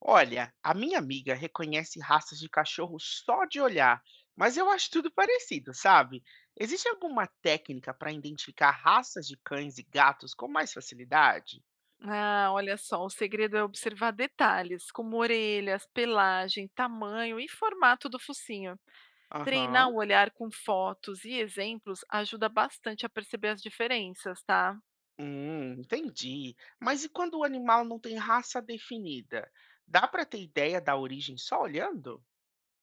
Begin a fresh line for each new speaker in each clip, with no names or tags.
Olha, a minha amiga reconhece raças de cachorro só de olhar, mas eu acho tudo parecido, sabe? Existe alguma técnica para identificar raças de cães e gatos com mais facilidade?
Ah, olha só, o segredo é observar detalhes, como orelhas, pelagem, tamanho e formato do focinho. Treinar
Aham.
o olhar com fotos e exemplos ajuda bastante a perceber as diferenças, tá?
Entendi. Mas e quando o animal não tem raça definida? Dá para ter ideia da origem só olhando?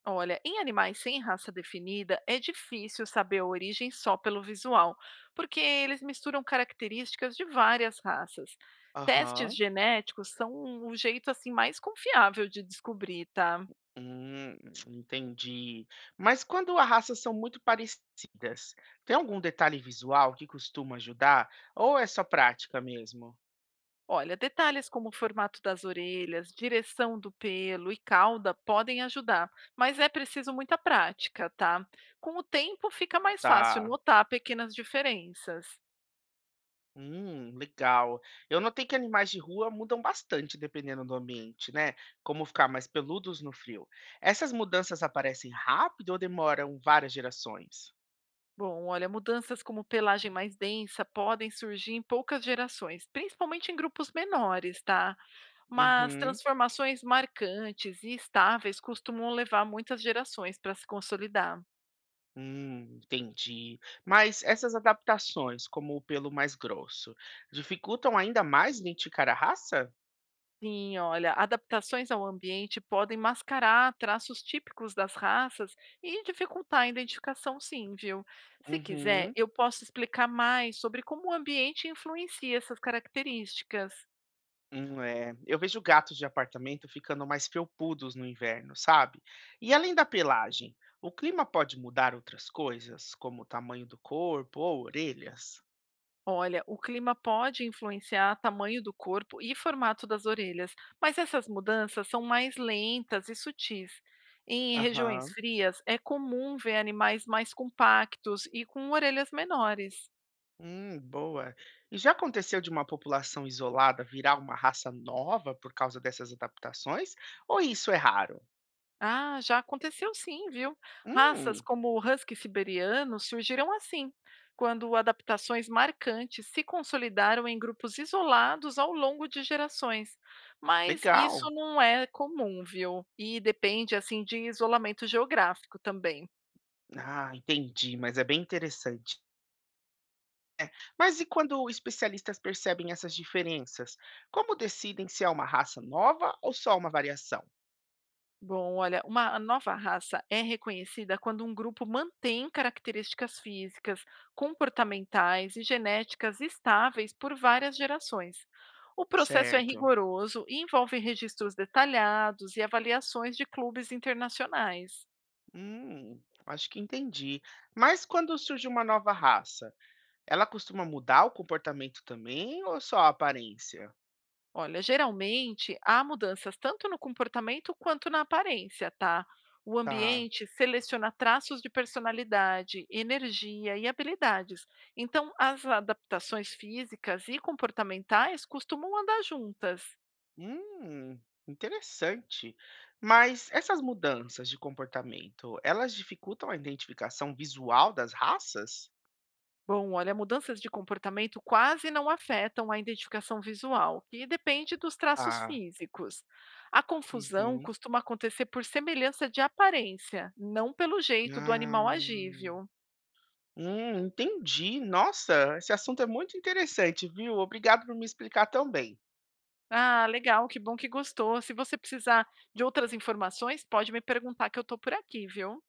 Olha, em animais sem raça definida, é difícil saber a origem só pelo visual, porque eles misturam características de várias raças. Testes
Aham.
genéticos são o jeito assim mais confiável de descobrir, tá?
Hum, entendi. Mas quando as raças são muito parecidas, tem algum detalhe visual que costuma ajudar? Ou é só prática mesmo?
Olha, detalhes como o formato das orelhas, direção do pelo e cauda podem ajudar, mas é preciso muita prática, tá? Com o tempo fica mais fácil
Tá.
notar pequenas diferenças.
Legal. Eu notei que animais de rua mudam bastante dependendo do ambiente, né? Como ficar mais peludos no frio. Essas mudanças aparecem rápido ou demoram várias gerações?
Bom, olha, mudanças como pelagem mais densa podem surgir em poucas gerações, principalmente em grupos menores, tá? Mas
Uhum.
transformações marcantes e estáveis costumam levar muitas gerações para se consolidar.
Entendi. Mas essas adaptações, como o pelo mais grosso, dificultam ainda mais identificar a raça?
Sim, olha, adaptações ao ambiente podem mascarar traços típicos das raças e dificultar a identificação, sim, viu? Se quiser,
Uhum,
eu posso explicar mais sobre como o ambiente influencia essas características.
é. Eu vejo gatos de apartamento ficando mais felpudos no inverno, sabe? E além da pelagem, o clima pode mudar outras coisas, como o tamanho do corpo ou orelhas?
Olha, o clima pode influenciar tamanho do corpo e formato das orelhas, mas essas mudanças são mais lentas e sutis. Em regiões
Aham.
frias, é comum ver animais mais compactos e com orelhas menores.
Boa. E já aconteceu de uma população isolada virar uma raça nova por causa dessas adaptações? Ou isso é raro?
Ah, já aconteceu sim, viu? Raças
Hum.
como o husky siberiano surgiram assim, quando adaptações marcantes se consolidaram em grupos isolados ao longo de gerações. Mas isso
Legal.
não é comum, viu? E depende assim de isolamento geográfico também.
Ah, entendi, mas é bem interessante. É. Mas e quando especialistas percebem essas diferenças? Como decidem se é uma raça nova ou só uma variação?
Bom, olha, uma nova raça é reconhecida quando um grupo mantém características físicas, comportamentais e genéticas estáveis por várias gerações. O processo é
Certo.
rigoroso e envolve registros detalhados e avaliações de clubes internacionais.
Hum, acho que entendi. Mas quando surge uma nova raça, ela costuma mudar o comportamento também ou só a aparência?
Olha, geralmente há mudanças tanto no comportamento quanto na aparência, tá? O
Tá.
ambiente seleciona traços de personalidade, energia e habilidades. Então, as adaptações físicas e comportamentais costumam andar juntas.
Hum, interessante. Mas essas mudanças de comportamento, elas dificultam a identificação visual das raças?
Bom, olha, mudanças de comportamento quase não afetam a identificação visual, que depende dos traços físicos. A confusão
Uhum.
costuma acontecer por semelhança de aparência, não pelo jeito do animal
Ah.
agível.
Entendi. Nossa, esse assunto é muito interessante, viu? Obrigado por me explicar tão bem.
Ah, legal, que bom que gostou. Se você precisar de outras informações, pode me perguntar que eu estou por aqui, viu?